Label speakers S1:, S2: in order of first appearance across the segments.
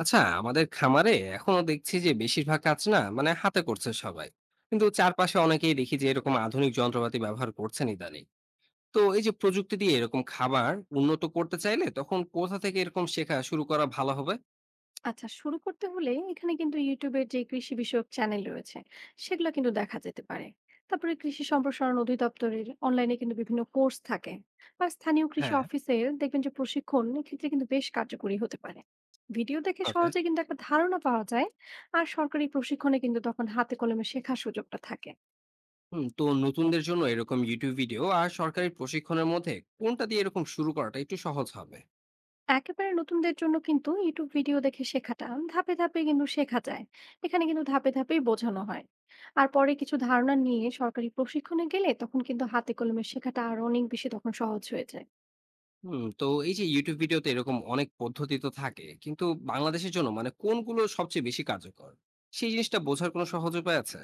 S1: আচ্ছা, আমাদের খামারে এখনো দেখছি যে বেশিরভাগ কাজ না মানে হাতে করছে সবাই। কিন্তু চারপাশে অনেকেই দেখি যে এরকম আধুনিক যন্ত্রপাতি ব্যবহার করছেন ইদানিং। তো এই যে প্রযুক্তি দিয়ে এরকম খাবার উন্নত করতে চাইলে তখন কোথা থেকে এরকম শেখা শুরু করা ভালো হবে?
S2: আচ্ছা, শুরু করতে হলে এখানে কিন্তু ইউটিউবের যে কৃষি বিষয়ক চ্যানেল রয়েছে সেগুলো কিন্তু দেখা যেতে পারে। তারপরে কৃষি সম্প্রসারণ অধিদপ্তরের অনলাইনে কিন্তু বিভিন্ন কোর্স থাকে, বা স্থানীয় কৃষি
S1: হ্যাঁ।
S2: অফিসের দেখবেন যে প্রশিক্ষণ এক্ষেত্রে কিন্তু বেশ কার্যকরী হতে পারে। ভিডিও দেখে
S1: ওকে।
S2: সহজে কিন্তু একটা ধারণা পাওয়া যায়। আর সরকারি প্রশিক্ষণে কিন্তু তখন হাতে কলমে শেখার সুযোগটা থাকে।
S1: হুম, তো নতুনদের জন্য এরকম ইউটিউব ভিডিও আর সরকারি প্রশিক্ষণের মধ্যে কোনটা দিয়ে এরকম শুরু করাটা একটু সহজ হবে?
S2: একেবারে নতুনদের জন্য কিন্তু ইউটিউব ভিডিও দেখে শেখাটা ধাপে ধাপে কিন্তু শেখা যায়। এখানে কিন্তু ধাপে ধাপেই বোঝানো হয়। আর পরে কিছু ধারণা নিয়ে সরকারি প্রশিক্ষণে গেলে তখন কিন্তু হাতে কলমে শেখাটা আর অনেক বেশি তখন সহজ হয়ে যায়।
S1: হুম, তো এই যে ইউটিউব ভিডিওতে এরকম অনেক পদ্ধতি তো থাকে, কিন্তু বাংলাদেশের জন্য মানে কোনগুলো সবচেয়ে বেশি কার্যকর সেই জিনিসটা বোঝার কোনো সহজ উপায় আছে?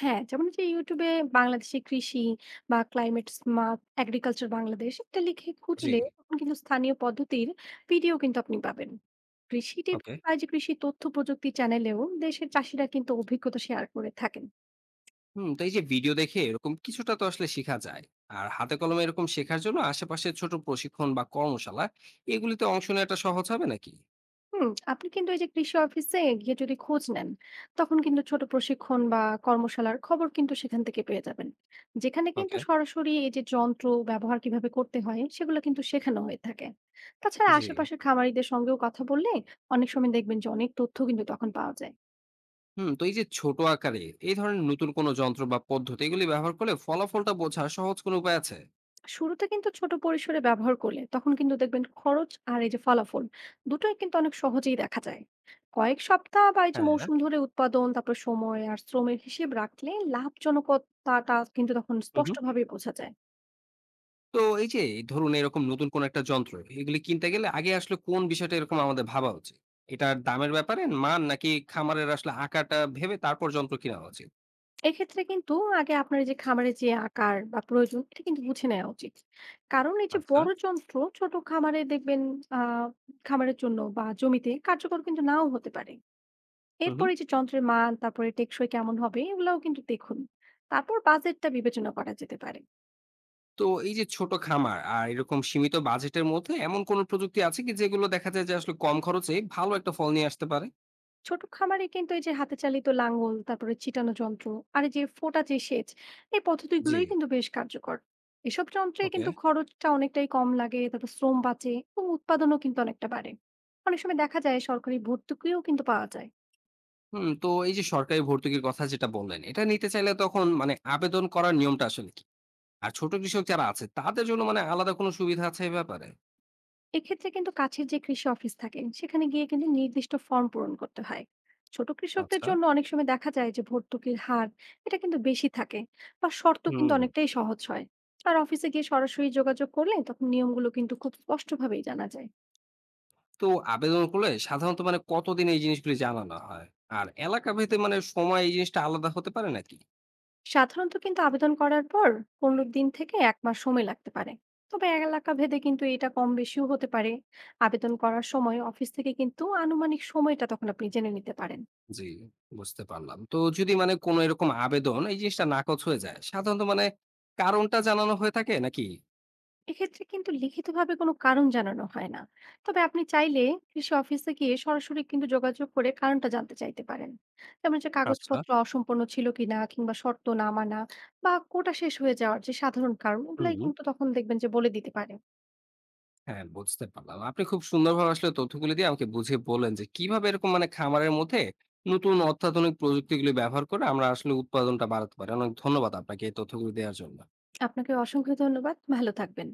S2: হ্যাঁ, যেমন যে ইউটিউবে বাংলাদেশি কৃষি বা ক্লাইমেট স্মার্ট এগ্রিকালচার বাংলাদেশ এটা লিখে
S1: জি।
S2: খুঁজলে তখন কিন্তু স্থানীয় পদ্ধতির ভিডিও কিন্তু আপনি পাবেন। কৃষি
S1: ওকে।
S2: টিভি বা যে কৃষি তথ্য প্রযুক্তি চ্যানেলেও দেশের চাষিরা কিন্তু অভিজ্ঞতা শেয়ার করে থাকেন।
S1: হুম, তো এই যে ভিডিও দেখে এরকম কিছুটা তো আসলে শিখা যায়। আর হাতে কলমে এরকম শেখার জন্য আশেপাশে ছোট প্রশিক্ষণ বা কর্মশালা এগুলিতে অংশ নেওয়াটা সহজ হবে নাকি?
S2: হুম, আপনি কিন্তু এই যে কৃষি অফিসে গিয়ে যদি খোঁজ নেন তখন কিন্তু ছোট প্রশিক্ষণ বা কর্মশালার খবর কিন্তু সেখান থেকে পেয়ে যাবেন, যেখানে কিন্তু
S1: ওকে।
S2: সরাসরি এই যে যন্ত্র ব্যবহার কিভাবে করতে হয় সেগুলো কিন্তু শেখানো হয়ে থাকে। তাছাড়া
S1: জি।
S2: আশেপাশের খামারিদের সঙ্গেও কথা বললে অনেক সময় দেখবেন যে অনেক তথ্য কিন্তু তখন পাওয়া যায়।
S1: হুম, তো এই যে ছোট আকারে এই ধরনের নতুন কোনো যন্ত্র বা পদ্ধতি এগুলি ব্যবহার করলে ফলাফলটা বোঝার সহজ কোনো উপায় আছে?
S2: শুরুতে কিন্তু ছোট পরিসরে ব্যবহার করলে তখন কিন্তু দেখবেন খরচ আর এই যে ফলাফল দুটোই কিন্তু অনেক সহজেই দেখা যায়। কয়েক সপ্তাহ বা এই যে
S1: হ্যাঁ।
S2: মৌসুম ধরে উৎপাদন, তারপর সময় আর শ্রমের হিসেব রাখলে লাভজনকতাটা কিন্তু তখন
S1: হুম, হুম।
S2: স্পষ্টভাবে বোঝা যায়।
S1: তো এই যে ধরুন এরকম নতুন কোন একটা যন্ত্র এগুলি কিনতে গেলে আগে আসলে কোন বিষয়টা এরকম আমাদের ভাবা উচিত? এটার দামের ব্যাপারে মান নাকি খামারের আসলে আকারটা ভেবে তারপর যন্ত্র কেনা উচিত?
S2: এক্ষেত্রে কিন্তু আগে আপনার এই যে খামারের যে আকার বা প্রয়োজন এটা কিন্তু বুঝে নেওয়া উচিত। কারণ এই যে
S1: আচ্ছা।
S2: বড় যন্ত্র ছোট খামারে দেখবেন আহ খামারের জন্য বা জমিতে কার্যকর কিন্তু নাও হতে পারে।
S1: হুম,
S2: এরপর
S1: হুম।
S2: এই যে যন্ত্রের মান, তারপরে টেকসই কেমন হবে এগুলাও কিন্তু দেখুন। তারপর বাজেটটা বিবেচনা করা যেতে পারে।
S1: তো এই যে ছোট খামার আর এরকম সীমিত বাজেটের মধ্যে এমন কোন প্রযুক্তি আছে কি যেগুলো দেখা যায় যে আসলে কম খরচে ভালো একটা ফল নিয়ে আসতে পারে?
S2: ছোট খামারে কিন্তু এই যে হাতে চালিত লাঙ্গল, তারপরে চিটানো যন্ত্র, আর এই যে ফোটা যে সেচ, এই
S1: জি।
S2: পদ্ধতিগুলোই কিন্তু বেশ কার্যকর। এসব যন্ত্রে
S1: ওকে।
S2: কিন্তু খরচটা অনেকটাই কম লাগে, তারপর শ্রম বাঁচে এবং উৎপাদনও কিন্তু অনেকটা বাড়ে। অনেক সময় দেখা যায় সরকারি ভর্তুকিও কিন্তু পাওয়া যায়।
S1: হুম, তো এই যে সরকারি ভর্তুকির কথা যেটা বললেন, এটা নিতে চাইলে তখন মানে আবেদন করার নিয়মটা আসলে কি? আর ছোট কৃষক যারা আছে তাদের জন্য মানে আলাদা কোনো সুবিধা আছে এই ব্যাপারে?
S2: এক্ষেত্রে কিন্তু কাছের যে কৃষি অফিস থাকে সেখানে গিয়ে কিন্তু নির্দিষ্ট ফর্ম পূরণ করতে হয়। ছোট কৃষকদের
S1: আচ্ছা।
S2: জন্য অনেক সময় দেখা যায় যে ভর্তুকির হার এটা কিন্তু বেশি থাকে, বা শর্ত কিন্তু
S1: হুম,
S2: অনেকটাই সহজ হয়। আর অফিসে গিয়ে সরাসরি যোগাযোগ করলে তখন নিয়মগুলো কিন্তু খুব স্পষ্টভাবেই জানা যায়।
S1: তো আবেদন করলে সাধারণত মানে কতদিন এই জিনিসগুলি জানানো হয়? আর এলাকা ভেদে মানে সময় এই জিনিসটা আলাদা হতে পারে নাকি?
S2: সাধারণত কিন্তু আবেদন করার পর 15 দিন থেকে এক মাস সময় লাগতে পারে। তবে এলাকা ভেদে কিন্তু এটা কম বেশিও হতে পারে। আবেদন করার সময় অফিস থেকে কিন্তু আনুমানিক সময়টা তখন আপনি জেনে নিতে পারেন।
S1: জি, বুঝতে পারলাম। তো যদি মানে কোনো এরকম আবেদন এই জিনিসটা নাকচ হয়ে যায়, সাধারণত মানে কারণটা জানানো হয়ে থাকে নাকি?
S2: এক্ষেত্রে কিন্তু লিখিতভাবে কোনো কারণ জানানো হয় না। তবে আপনি চাইলে কৃষি অফিসে গিয়ে সরাসরি কিন্তু যোগাযোগ করে কারণটা জানতে চাইতে পারেন। যেমন যে
S1: আচ্ছা।
S2: কাগজপত্র অসম্পূর্ণ ছিল কিনা, কিংবা শর্ত না মানা বা কোটা শেষ হয়ে যাওয়ার যে সাধারণ কারণ ওগুলাই
S1: হুম,
S2: কিন্তু তখন দেখবেন যে বলে দিতে পারে।
S1: হ্যাঁ, বুঝতে পারলাম। আপনি খুব সুন্দরভাবে আসলে তথ্যগুলি দিয়ে আমাকে বুঝিয়ে বললেন যে কিভাবে এরকম মানে খামারের মধ্যে নতুন অত্যাধুনিক প্রযুক্তিগুলি ব্যবহার করে আমরা আসলে উৎপাদনটা বাড়াতে পারি। অনেক ধন্যবাদ আপনাকে এই তথ্যগুলি দেওয়ার জন্য।
S2: আপনাকে অসংখ্য ধন্যবাদ, ভালো থাকবেন।